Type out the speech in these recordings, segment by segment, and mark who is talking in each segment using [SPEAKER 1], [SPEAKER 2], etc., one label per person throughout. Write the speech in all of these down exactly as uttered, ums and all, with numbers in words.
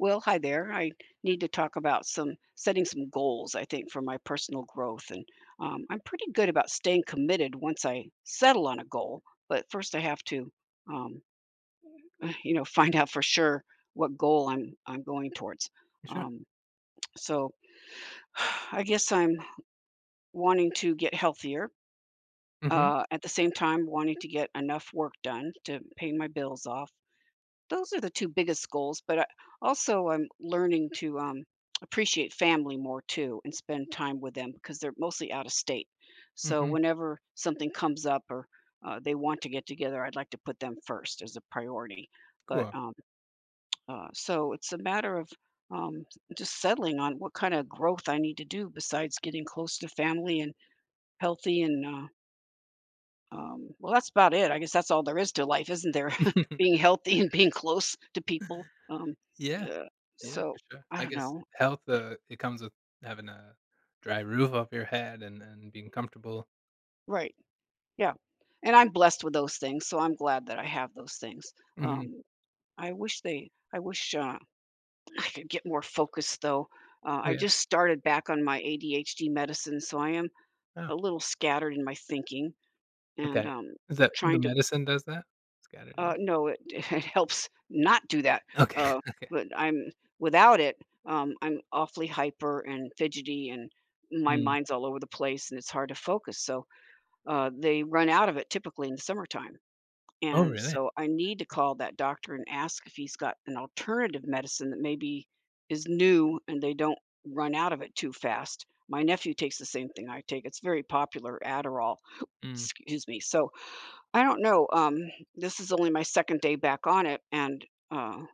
[SPEAKER 1] Well, hi there. I need to talk about some setting some goals, I think, for my personal growth. And um, I'm pretty good about staying committed once I settle on a goal. But first, I have to, um, you know, find out for sure what goal I'm I'm going towards.
[SPEAKER 2] Sure.
[SPEAKER 1] Um, so, I guess I'm wanting to get healthier.
[SPEAKER 2] Mhm,
[SPEAKER 1] Uh, at the same time, wanting to get enough work done to pay my bills off. Those are the two biggest goals, but I also I'm learning to, um, appreciate family more too and spend time with them because they're mostly out of state. So
[SPEAKER 2] mhm,
[SPEAKER 1] whenever something comes up or, uh, they want to get together, I'd like to put them first as a priority. But,
[SPEAKER 2] cool.
[SPEAKER 1] um, uh, so it's a matter of, um, just settling on what kinda growth I need to do besides getting close to family and healthy and, uh um, well, that's about it. I guess that's all there is to life, isn't there? Being healthy and being close to people. Um,
[SPEAKER 2] Yeah.
[SPEAKER 1] uh,
[SPEAKER 2] Yeah,
[SPEAKER 1] so
[SPEAKER 2] for sure.
[SPEAKER 1] I
[SPEAKER 2] I
[SPEAKER 1] don't
[SPEAKER 2] guess
[SPEAKER 1] know.
[SPEAKER 2] health, uh, it comes with having a dry roof over your head and and being comfortable.
[SPEAKER 1] Right. Yeah. And I'm blessed with those things, so I'm glad that I have those things.
[SPEAKER 2] Mhm.
[SPEAKER 1] Um, I wish they, I wish uh, I could get more focused though. Uh,
[SPEAKER 2] Oh,
[SPEAKER 1] I
[SPEAKER 2] yeah.
[SPEAKER 1] just started back on my A D H D medicine, so I am
[SPEAKER 2] Oh,
[SPEAKER 1] a little scattered in my thinking and
[SPEAKER 2] okay.
[SPEAKER 1] um,
[SPEAKER 2] Is that the
[SPEAKER 1] trying to
[SPEAKER 2] medicine does that? It's gotta
[SPEAKER 1] Uh,
[SPEAKER 2] do.
[SPEAKER 1] no, it it helps not do that,
[SPEAKER 2] Okay,
[SPEAKER 1] uh,
[SPEAKER 2] okay.
[SPEAKER 1] but I'm without it, um, I'm awfully hyper and fidgety, and my
[SPEAKER 2] Mm.
[SPEAKER 1] mind's all over the place, and it's hard to focus, so, uh, they run out of it typically in the summertime,
[SPEAKER 2] Oh,
[SPEAKER 1] and
[SPEAKER 2] really?
[SPEAKER 1] so I need to call that doctor and ask if he's got an alternative medicine that maybe is new and they don't run out of it too fast. My nephew takes the same thing I take. It's very popular, Adderall.
[SPEAKER 2] Mm.
[SPEAKER 1] Excuse me, so, I don't know, um, this is only my second day back on it, and, uh,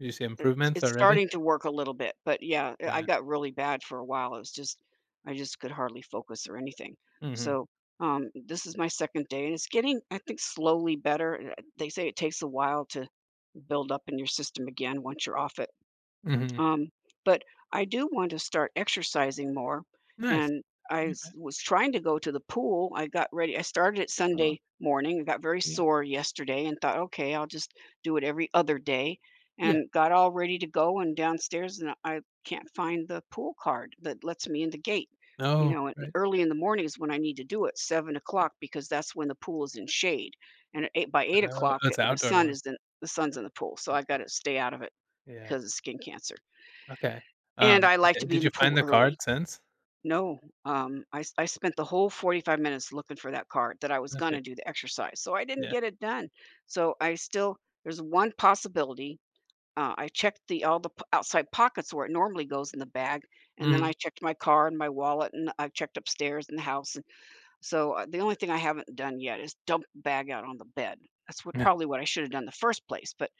[SPEAKER 2] Do you see
[SPEAKER 1] it's
[SPEAKER 2] improvements
[SPEAKER 1] it's
[SPEAKER 2] already?
[SPEAKER 1] starting to work a little bit, but yeah, eh, I
[SPEAKER 2] Yeah.
[SPEAKER 1] got really bad for a while. It was just I just could hardly focus or anything.
[SPEAKER 2] Mhm,
[SPEAKER 1] So, um, this is my second day, and it's getting, I think, slowly better. Eh, they say it takes a while to build up in your system again once you're off it.
[SPEAKER 2] mhm.
[SPEAKER 1] Um, but I do want to start exercising more,
[SPEAKER 2] Nice.
[SPEAKER 1] and I s-
[SPEAKER 2] Okay.
[SPEAKER 1] was trying to go to the pool. I got ready. I started it
[SPEAKER 2] Oh,
[SPEAKER 1] Sunday morning. I got very
[SPEAKER 2] yeah.
[SPEAKER 1] sore yesterday and thought, okay, I'll just do it every other day,
[SPEAKER 2] Yeah.
[SPEAKER 1] and got all ready to go. And downstairs, and I can't find the pool card that lets me in the gate. You
[SPEAKER 2] Oh,
[SPEAKER 1] know, and
[SPEAKER 2] right.
[SPEAKER 1] early in the morning is when I need to do it, seven o'clock, because that's when the pool is in shade. And at eight, by eight
[SPEAKER 2] Oh,
[SPEAKER 1] o'clock, the
[SPEAKER 2] it's an
[SPEAKER 1] the
[SPEAKER 2] outdoor
[SPEAKER 1] sun
[SPEAKER 2] one.
[SPEAKER 1] is in the sun's in the pool, so I got to
[SPEAKER 2] Okay.
[SPEAKER 1] stay out of it
[SPEAKER 2] Yeah.
[SPEAKER 1] because of skin cancer.
[SPEAKER 2] Okay.
[SPEAKER 1] And
[SPEAKER 2] Um,
[SPEAKER 1] I like
[SPEAKER 2] d
[SPEAKER 1] to be in
[SPEAKER 2] did
[SPEAKER 1] the
[SPEAKER 2] you
[SPEAKER 1] pool
[SPEAKER 2] find the
[SPEAKER 1] early.
[SPEAKER 2] card since?
[SPEAKER 1] No, um, I s I spent the whole forty-five minutes looking for that card that I was gonna do the exercise, so I didn't
[SPEAKER 2] Yeah.
[SPEAKER 1] get it done. So I still there's one possibility. uh, I checked the all the p outside pockets where it normally goes in the bag, and then I
[SPEAKER 2] Mhm.
[SPEAKER 1] checked my car and my wallet, and I checked upstairs in the house, and so, uh, the only thing I haven't done yet is dump the bag out on the bed. That's what
[SPEAKER 2] Yeah.
[SPEAKER 1] probably what I should have done the first place. But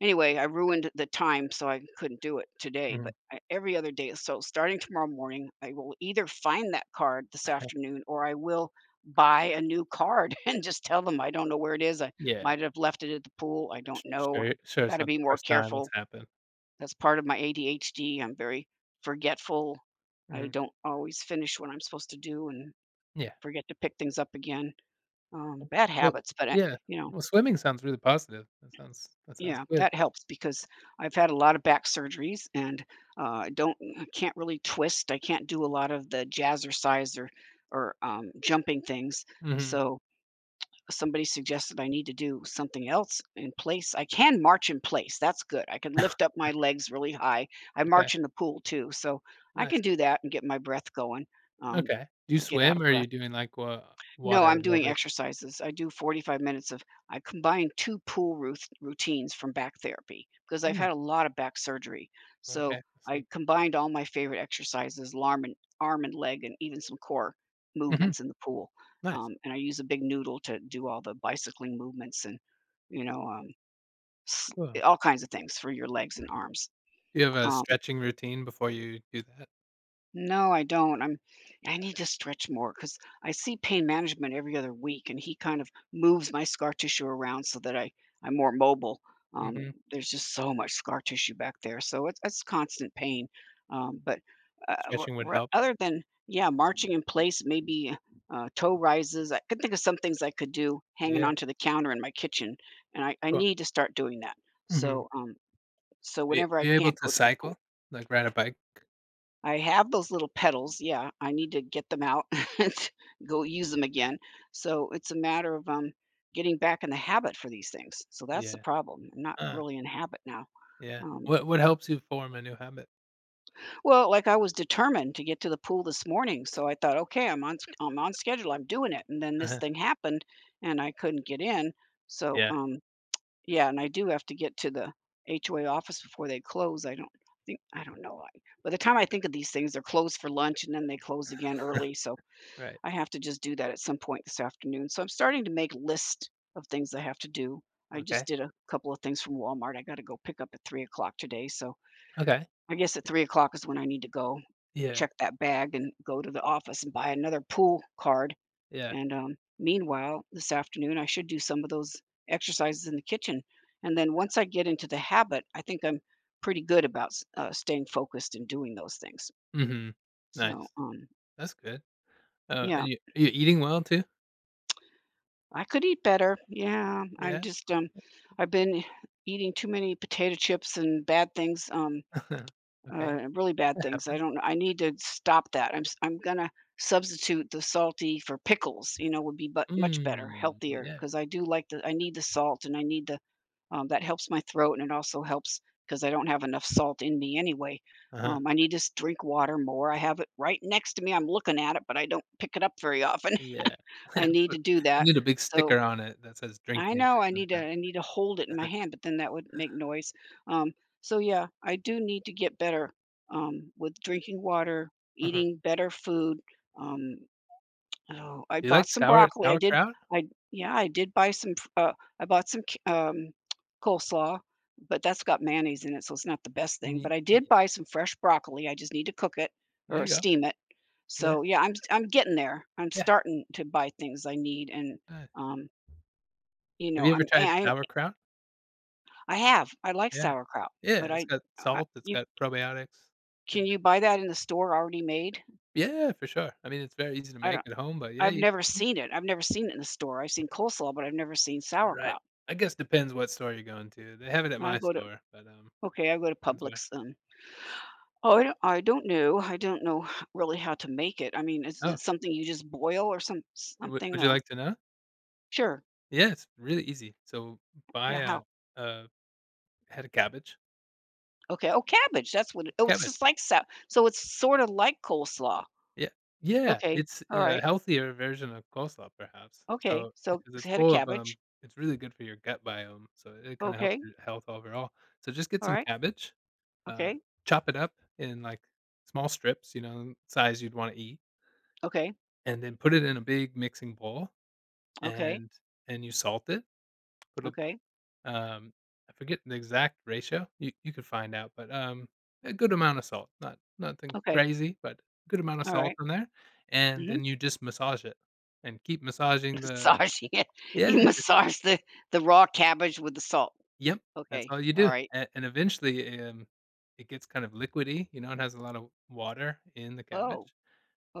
[SPEAKER 1] anyway, I ruined the time, so I couldn't do it today,
[SPEAKER 2] Mhm.
[SPEAKER 1] but I, every other day. So starting tomorrow morning, I will either find that card this afternoon or I will buy a new card and just tell them I don't know where it is. I
[SPEAKER 2] Yeah.
[SPEAKER 1] might have left it at the pool. I don't
[SPEAKER 2] S
[SPEAKER 1] know.
[SPEAKER 2] Sure,
[SPEAKER 1] I've
[SPEAKER 2] sure,
[SPEAKER 1] got
[SPEAKER 2] it's
[SPEAKER 1] to
[SPEAKER 2] not
[SPEAKER 1] be
[SPEAKER 2] the
[SPEAKER 1] more
[SPEAKER 2] first time it's
[SPEAKER 1] careful.
[SPEAKER 2] happened.
[SPEAKER 1] That's part of my A D H D. I'm very forgetful. I
[SPEAKER 2] Mhm.
[SPEAKER 1] don't always finish what I'm supposed to do and
[SPEAKER 2] Yeah.
[SPEAKER 1] forget to pick things up again. Um,
[SPEAKER 2] W
[SPEAKER 1] bad
[SPEAKER 2] Well,
[SPEAKER 1] habits, but I,
[SPEAKER 2] yeah.
[SPEAKER 1] you know,
[SPEAKER 2] Well, swimming sounds really positive. That sounds, that sounds
[SPEAKER 1] yeah,
[SPEAKER 2] good.
[SPEAKER 1] that helps because I've had a lot of back surgeries and uh, I don't I can't really twist. I can't do a lot of the jazzercise or or um, jumping things.
[SPEAKER 2] Mhm.
[SPEAKER 1] So somebody suggested I need to do something else in place. I can march in place. That's good. I can lift up my legs really high. I
[SPEAKER 2] Okay.
[SPEAKER 1] march in the pool too, so I can
[SPEAKER 2] Nice.
[SPEAKER 1] do that and get my breath going. Um,
[SPEAKER 2] Okay. Do you
[SPEAKER 1] get out
[SPEAKER 2] swim,
[SPEAKER 1] of
[SPEAKER 2] or are
[SPEAKER 1] breath.
[SPEAKER 2] you doing, like, wa
[SPEAKER 1] No, I'm
[SPEAKER 2] water
[SPEAKER 1] doing
[SPEAKER 2] aerobic?
[SPEAKER 1] exercises. I do forty-five minutes of I combine two pool ruth routines from back therapy, because I've
[SPEAKER 2] Mm,
[SPEAKER 1] had a lot of back surgery.
[SPEAKER 2] okay,
[SPEAKER 1] So,
[SPEAKER 2] I
[SPEAKER 1] I
[SPEAKER 2] see.
[SPEAKER 1] combined all my favorite exercises, arm and arm and leg, and even some core
[SPEAKER 2] Mhm.
[SPEAKER 1] movements in the pool.
[SPEAKER 2] Nice.
[SPEAKER 1] Um, and I use a big noodle to do all the bicycling movements and, you know, um, s
[SPEAKER 2] Cool.
[SPEAKER 1] all kinds of things for your legs and arms.
[SPEAKER 2] Do you have a
[SPEAKER 1] Um,
[SPEAKER 2] stretching routine before you do that?
[SPEAKER 1] no, I don't. I'm I need to stretch more because I see pain management every other week, and he kind of moves my scar tissue around so that I I'm more mobile. Um,
[SPEAKER 2] Mhm.
[SPEAKER 1] there's just so much scar tissue back there, so it's it's constant pain. Um, but uh, r-
[SPEAKER 2] Stretching would
[SPEAKER 1] r-
[SPEAKER 2] help.
[SPEAKER 1] Other than yeah, marching in place, maybe uh, toe rises. I could think of some things I could do hanging
[SPEAKER 2] Yeah.
[SPEAKER 1] onto the counter in my kitchen, and I, I
[SPEAKER 2] Cool.
[SPEAKER 1] need to start doing that.
[SPEAKER 2] Mhm.
[SPEAKER 1] So um, so
[SPEAKER 2] Are you
[SPEAKER 1] whenever
[SPEAKER 2] are
[SPEAKER 1] I
[SPEAKER 2] you able
[SPEAKER 1] can't
[SPEAKER 2] to
[SPEAKER 1] go to the—
[SPEAKER 2] cycle? Like, ride a bike?
[SPEAKER 1] I have those little petals, yeah, I need to get them out and go use them again. So it's a matter of, um, getting back in the habit for these things, so that's the
[SPEAKER 2] Yeah.
[SPEAKER 1] problem. I'm not
[SPEAKER 2] Uh.
[SPEAKER 1] really in habit now.
[SPEAKER 2] Yeah.
[SPEAKER 1] Um,
[SPEAKER 2] What what helps you form a new habit?
[SPEAKER 1] well, like, I was determined to get to the pool this morning, so I thought, "Okay, I'm on i I'm on schedule, I'm doing it," and then this
[SPEAKER 2] Uh-huh.
[SPEAKER 1] thing happened, and I couldn't get in, so,
[SPEAKER 2] Yeah,
[SPEAKER 1] um, yeah, and I do have to get to the H O A office before they close. I don't think I don't know, I by the time I think of these things, they're closed for lunch, and then they close again early, so
[SPEAKER 2] right.
[SPEAKER 1] I have to just do that at some point this afternoon. So I'm starting to make list of things I have to do. I just
[SPEAKER 2] Okay.
[SPEAKER 1] did a couple of things from Walmart. I got to go pick up at three o'clock today. So
[SPEAKER 2] Okay.
[SPEAKER 1] I guess at three o'clock is when I need to go
[SPEAKER 2] Yeah,
[SPEAKER 1] check that bag and go to the office and buy another pool card.
[SPEAKER 2] yeah.
[SPEAKER 1] And um, meanwhile, this afternoon, I should do some of those exercises in the kitchen. And then once I get into the habit, I think I'm pretty good about s- uh, staying focused and doing those things.
[SPEAKER 2] Mhm.
[SPEAKER 1] So,
[SPEAKER 2] Nice.
[SPEAKER 1] um,
[SPEAKER 2] That's good. Uh,
[SPEAKER 1] yeah,
[SPEAKER 2] and you you eating well too?
[SPEAKER 1] I could eat better. Yeah, I'm
[SPEAKER 2] Yeah?
[SPEAKER 1] just um, I've been eating too many potato chips and bad things, um,
[SPEAKER 2] Okay.
[SPEAKER 1] uh, really bad
[SPEAKER 2] That
[SPEAKER 1] things. I
[SPEAKER 2] happens.
[SPEAKER 1] don't. I need to stop that. I'm s- I'm gonna substitute the salty for pickles. You know, would be but much better,
[SPEAKER 2] Mm,
[SPEAKER 1] healthier
[SPEAKER 2] yeah.
[SPEAKER 1] because I do like the— I need the salt and I need the— um, that helps my throat and it also helps because I don't have enough salt in me anyway.
[SPEAKER 2] Uh-huh.
[SPEAKER 1] Um, I need to s- drink water more. I have it right next to me. I'm looking at it, but I don't pick it up very often.
[SPEAKER 2] Yeah.
[SPEAKER 1] I need
[SPEAKER 2] But
[SPEAKER 1] to do
[SPEAKER 2] you
[SPEAKER 1] that.
[SPEAKER 2] need a big
[SPEAKER 1] So
[SPEAKER 2] sticker on it that says "Drink
[SPEAKER 1] I
[SPEAKER 2] me"
[SPEAKER 1] know
[SPEAKER 2] or
[SPEAKER 1] I need to
[SPEAKER 2] something.
[SPEAKER 1] I need to hold it in my hand, but then that would make noise. Um, so yeah, I do need to get better um, with drinking water,
[SPEAKER 2] Uh-huh.
[SPEAKER 1] eating better food. Um, oh, I
[SPEAKER 2] Do you
[SPEAKER 1] bought
[SPEAKER 2] like
[SPEAKER 1] some
[SPEAKER 2] sour
[SPEAKER 1] broccoli. I did.
[SPEAKER 2] sauerkraut?
[SPEAKER 1] I yeah, I did buy some. f- Uh, I bought some c- um, coleslaw, but that's got mayonnaise in it, so it's not the best thing.
[SPEAKER 2] Mm,
[SPEAKER 1] But I
[SPEAKER 2] y
[SPEAKER 1] did buy some fresh broccoli. I just need to cook it
[SPEAKER 2] there
[SPEAKER 1] or
[SPEAKER 2] you go.
[SPEAKER 1] steam it.
[SPEAKER 2] Yeah,
[SPEAKER 1] So yeah, I'm I'm getting there. I'm
[SPEAKER 2] yeah,
[SPEAKER 1] starting to buy things I need and
[SPEAKER 2] nice.
[SPEAKER 1] um, you
[SPEAKER 2] Have
[SPEAKER 1] know
[SPEAKER 2] you ever
[SPEAKER 1] i'm
[SPEAKER 2] tried
[SPEAKER 1] I-
[SPEAKER 2] sauerkraut?
[SPEAKER 1] I have. I like
[SPEAKER 2] Yeah.
[SPEAKER 1] sauerkraut,
[SPEAKER 2] Yeah,
[SPEAKER 1] but
[SPEAKER 2] it's
[SPEAKER 1] I
[SPEAKER 2] got
[SPEAKER 1] I
[SPEAKER 2] salt, it's
[SPEAKER 1] you
[SPEAKER 2] got probiotics. Good.
[SPEAKER 1] can you buy that in the store already made?
[SPEAKER 2] Yeah, for sure. I mean, it's very easy to
[SPEAKER 1] I
[SPEAKER 2] make
[SPEAKER 1] don't
[SPEAKER 2] at home, but yeah,
[SPEAKER 1] I've
[SPEAKER 2] you
[SPEAKER 1] never
[SPEAKER 2] c-
[SPEAKER 1] seen it. I've never seen it in the store. I've seen coleslaw, but I've never seen
[SPEAKER 2] Right.
[SPEAKER 1] sauerkraut.
[SPEAKER 2] I guess depends what store you're going to. They have it at
[SPEAKER 1] I
[SPEAKER 2] my
[SPEAKER 1] go to
[SPEAKER 2] store, but, um,
[SPEAKER 1] okay, I go to
[SPEAKER 2] depends where.
[SPEAKER 1] Publix. Um, oh, I don't, I don't know. I don't know really how to make it. I mean, is it
[SPEAKER 2] Oh,
[SPEAKER 1] something you just boil or some
[SPEAKER 2] would
[SPEAKER 1] something?
[SPEAKER 2] would you
[SPEAKER 1] Uh,
[SPEAKER 2] like to know?
[SPEAKER 1] sure.
[SPEAKER 2] Yeah, it's really easy. So buy
[SPEAKER 1] Yeah.
[SPEAKER 2] a
[SPEAKER 1] How?
[SPEAKER 2] a head of cabbage,
[SPEAKER 1] Okay. Oh, cabbage. That's what it— oh, it's
[SPEAKER 2] cabbage.
[SPEAKER 1] just like so. So it's sort of like coleslaw.
[SPEAKER 2] Yeah. Yeah,
[SPEAKER 1] Okay.
[SPEAKER 2] it's
[SPEAKER 1] All
[SPEAKER 2] a
[SPEAKER 1] right.
[SPEAKER 2] healthier version of coleslaw perhaps.
[SPEAKER 1] Okay.
[SPEAKER 2] So,
[SPEAKER 1] So
[SPEAKER 2] because
[SPEAKER 1] it's a
[SPEAKER 2] it's
[SPEAKER 1] head of
[SPEAKER 2] full of, um
[SPEAKER 1] cabbage.
[SPEAKER 2] it's really good for your gut biome, so it kinda helps
[SPEAKER 1] Okay.
[SPEAKER 2] your health overall. So just get
[SPEAKER 1] All
[SPEAKER 2] some
[SPEAKER 1] right.
[SPEAKER 2] cabbage, uh,
[SPEAKER 1] Okay.
[SPEAKER 2] chop it up in, like, small strips, you know, size you'd wanna eat,
[SPEAKER 1] Okay.
[SPEAKER 2] and then put it in a big mixing bowl,
[SPEAKER 1] Okay,
[SPEAKER 2] and and you salt it, put a,
[SPEAKER 1] okay,
[SPEAKER 2] um, I forget the exact ratio, you you could find out, but, um, a good amount of salt, not nothing
[SPEAKER 1] okay,
[SPEAKER 2] crazy, but good amount of
[SPEAKER 1] all
[SPEAKER 2] salt
[SPEAKER 1] right.
[SPEAKER 2] in there, and
[SPEAKER 1] Mhm.
[SPEAKER 2] then you just massage it, and keep massaging the,
[SPEAKER 1] Massaging it.
[SPEAKER 2] yeah,
[SPEAKER 1] You
[SPEAKER 2] just
[SPEAKER 1] massage the the raw cabbage with the salt.
[SPEAKER 2] yep, that's
[SPEAKER 1] Okay,
[SPEAKER 2] all you
[SPEAKER 1] all
[SPEAKER 2] do,
[SPEAKER 1] right.
[SPEAKER 2] and and eventually, um, it gets kind of liquidy, you know, it has a lot of water in the
[SPEAKER 1] Oh,
[SPEAKER 2] cabbage.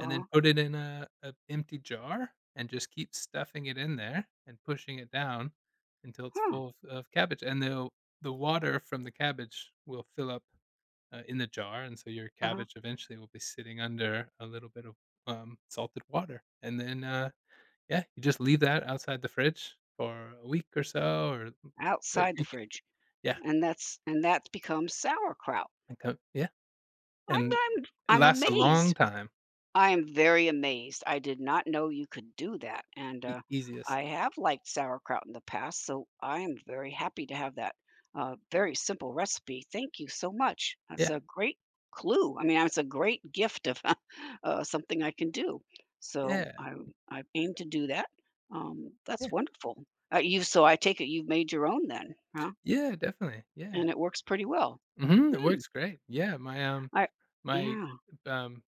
[SPEAKER 2] And then put it in a a empty jar and just keep stuffing it in there and pushing it down until it's
[SPEAKER 1] huh,
[SPEAKER 2] full of of cabbage, and the the water from the cabbage will fill up, uh, in the jar, and so your
[SPEAKER 1] uh-huh,
[SPEAKER 2] cabbage eventually will be sitting under a little bit of, um, salted water, and then, uh, yeah, you just leave that outside the fridge for a week or so or but
[SPEAKER 1] outside the
[SPEAKER 2] you c
[SPEAKER 1] fridge,
[SPEAKER 2] yeah,
[SPEAKER 1] and that's— and that becomes sauerkraut.
[SPEAKER 2] and co yeah,
[SPEAKER 1] I'm
[SPEAKER 2] and
[SPEAKER 1] I'm
[SPEAKER 2] it
[SPEAKER 1] I'm
[SPEAKER 2] lasts a long
[SPEAKER 1] amazed.
[SPEAKER 2] time,
[SPEAKER 1] I am very amazed. I did not know you could do that, and,
[SPEAKER 2] e
[SPEAKER 1] uh,
[SPEAKER 2] easiest.
[SPEAKER 1] I have liked sauerkraut in the past, so I am very happy to have that, uh, very simple recipe. Thank you so much. That's
[SPEAKER 2] Yeah,
[SPEAKER 1] a great clue. I mean, it's a great gift of, uh, something I can do. So
[SPEAKER 2] yeah,
[SPEAKER 1] I I aim to do that. Um, that's
[SPEAKER 2] yeah,
[SPEAKER 1] wonderful. Uh, you— so I take it you've made your own then, huh?
[SPEAKER 2] yeah, definitely, yeah.
[SPEAKER 1] And it works pretty well.
[SPEAKER 2] Mhm, it
[SPEAKER 1] Hmm.
[SPEAKER 2] works great. Yeah, my, um
[SPEAKER 1] I
[SPEAKER 2] my,
[SPEAKER 1] yeah.
[SPEAKER 2] um,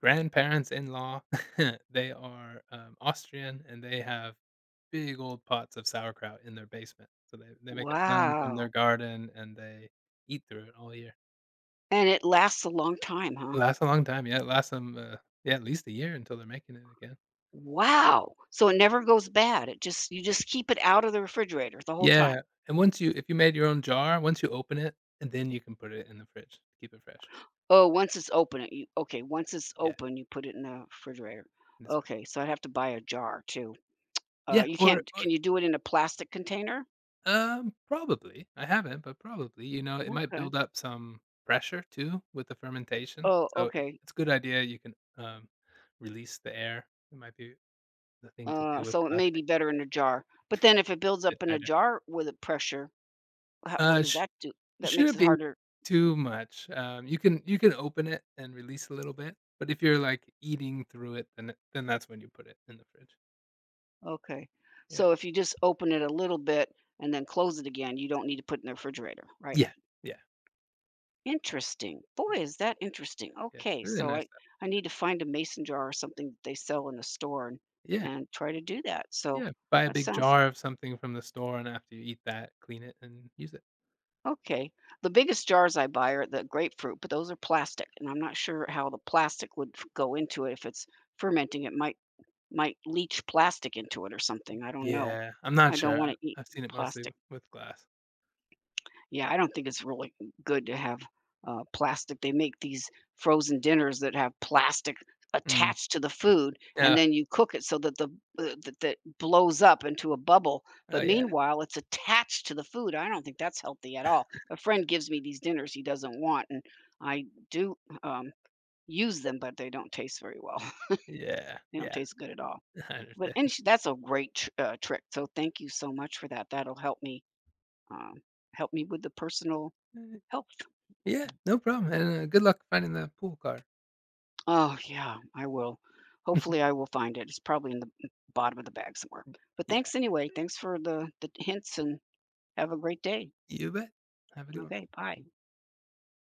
[SPEAKER 2] grandparents-in-law, they are, um, Austrian, and they have big old pots of sauerkraut in their basement, so they they make a ton from their
[SPEAKER 1] Wow.
[SPEAKER 2] garden, and they eat through it all year.
[SPEAKER 1] And it lasts a long time, huh?
[SPEAKER 2] Lasts a long time, yeah, it lasts them, uh, yeah, at least a year until they're making it again.
[SPEAKER 1] Wow! So it never goes bad. It just you just keep it out of the refrigerator the whole
[SPEAKER 2] Yeah,
[SPEAKER 1] time.
[SPEAKER 2] and once you, if you made your own jar, once you open it, and then you can put it in the fridge, keep it fresh.
[SPEAKER 1] Oh, once it's open, it you okay, once it's
[SPEAKER 2] Yeah,
[SPEAKER 1] open, you put it in the refrigerator.
[SPEAKER 2] that's right.
[SPEAKER 1] Okay, so I'd have to buy a jar too. Uh,
[SPEAKER 2] Yeah,
[SPEAKER 1] you
[SPEAKER 2] or
[SPEAKER 1] can't—
[SPEAKER 2] or
[SPEAKER 1] can you do it in a plastic container?
[SPEAKER 2] um, probably. I haven't, but probably, you know, it might
[SPEAKER 1] Okay.
[SPEAKER 2] build up some pressure too with the fermentation.
[SPEAKER 1] Oh,
[SPEAKER 2] So it,
[SPEAKER 1] okay.
[SPEAKER 2] it's a good idea. You can, um, release the air. It might be the thing to
[SPEAKER 1] Uh,
[SPEAKER 2] do with
[SPEAKER 1] so it may be
[SPEAKER 2] plastic.
[SPEAKER 1] better in a jar. But then if it
[SPEAKER 2] It's
[SPEAKER 1] builds
[SPEAKER 2] a bit
[SPEAKER 1] up in a
[SPEAKER 2] tighter.
[SPEAKER 1] jar with a pressure, ho what
[SPEAKER 2] Uh,
[SPEAKER 1] does
[SPEAKER 2] sh-
[SPEAKER 1] that do? That makes
[SPEAKER 2] shouldn't
[SPEAKER 1] it
[SPEAKER 2] be
[SPEAKER 1] harder.
[SPEAKER 2] too much. Um, you can you can open it and release a little bit, but if you're like eating through it, then it- then that's when you put it in the fridge.
[SPEAKER 1] Okay.
[SPEAKER 2] Yeah,
[SPEAKER 1] So if you just open it a little bit and then close it again, you don't need to put it in the refrigerator, right?
[SPEAKER 2] yeah, yeah,
[SPEAKER 1] Interesting. Boy,
[SPEAKER 2] yeah,
[SPEAKER 1] is that interesting.
[SPEAKER 2] yeah.
[SPEAKER 1] Okay,
[SPEAKER 2] Really
[SPEAKER 1] so
[SPEAKER 2] nice.
[SPEAKER 1] I
[SPEAKER 2] Stuff.
[SPEAKER 1] I need to find a mason jar or something that they sell in the store and
[SPEAKER 2] Yeah,
[SPEAKER 1] and try to do that. So
[SPEAKER 2] yeah. Buy a
[SPEAKER 1] that
[SPEAKER 2] big
[SPEAKER 1] sounds
[SPEAKER 2] jar of something from the store, and after you eat that, clean it and use it.
[SPEAKER 1] okay. The biggest jars I buy are the grapefruit, but those are plastic, and I'm not sure how the plastic would f- go into it if it's fermenting. It might might leach plastic into it or something. I don't know.
[SPEAKER 2] Yeah, I'm not
[SPEAKER 1] I don't
[SPEAKER 2] sure.
[SPEAKER 1] want
[SPEAKER 2] I
[SPEAKER 1] to eat
[SPEAKER 2] I've seen it mostly
[SPEAKER 1] plastic.
[SPEAKER 2] with glass.
[SPEAKER 1] Yeah, I don't think it's really good to have, uh, plastic. They make these frozen dinners that have plastic
[SPEAKER 2] Mm.
[SPEAKER 1] attached to the food, and
[SPEAKER 2] Yeah.
[SPEAKER 1] then you cook it so that the uh, that that blows up into a bubble,
[SPEAKER 2] Oh,
[SPEAKER 1] but
[SPEAKER 2] yeah.
[SPEAKER 1] meanwhile, it's attached to the food. I don't think that's healthy at all. A friend gives me these dinners he doesn't want, and I do, um, use them, but they don't taste very well.
[SPEAKER 2] Yeah,
[SPEAKER 1] They don't
[SPEAKER 2] yeah.
[SPEAKER 1] taste good at all.
[SPEAKER 2] I
[SPEAKER 1] But
[SPEAKER 2] understand.
[SPEAKER 1] and sh That's a great tr uh, trick, so thank you so much for that. That'll help me, um, help me with the personal
[SPEAKER 2] Uh,
[SPEAKER 1] health.
[SPEAKER 2] Yeah, no problem, and, uh, good luck finding the pool car.
[SPEAKER 1] Oh, yeah, I will. Hopefully, I will find it. It's probably in the bottom of the bag somewhere. But
[SPEAKER 2] Yeah,
[SPEAKER 1] thanks anyway. Thanks for the, the hints and have a great day.
[SPEAKER 2] you bet. Have a good
[SPEAKER 1] Okay,
[SPEAKER 2] one.
[SPEAKER 1] bye.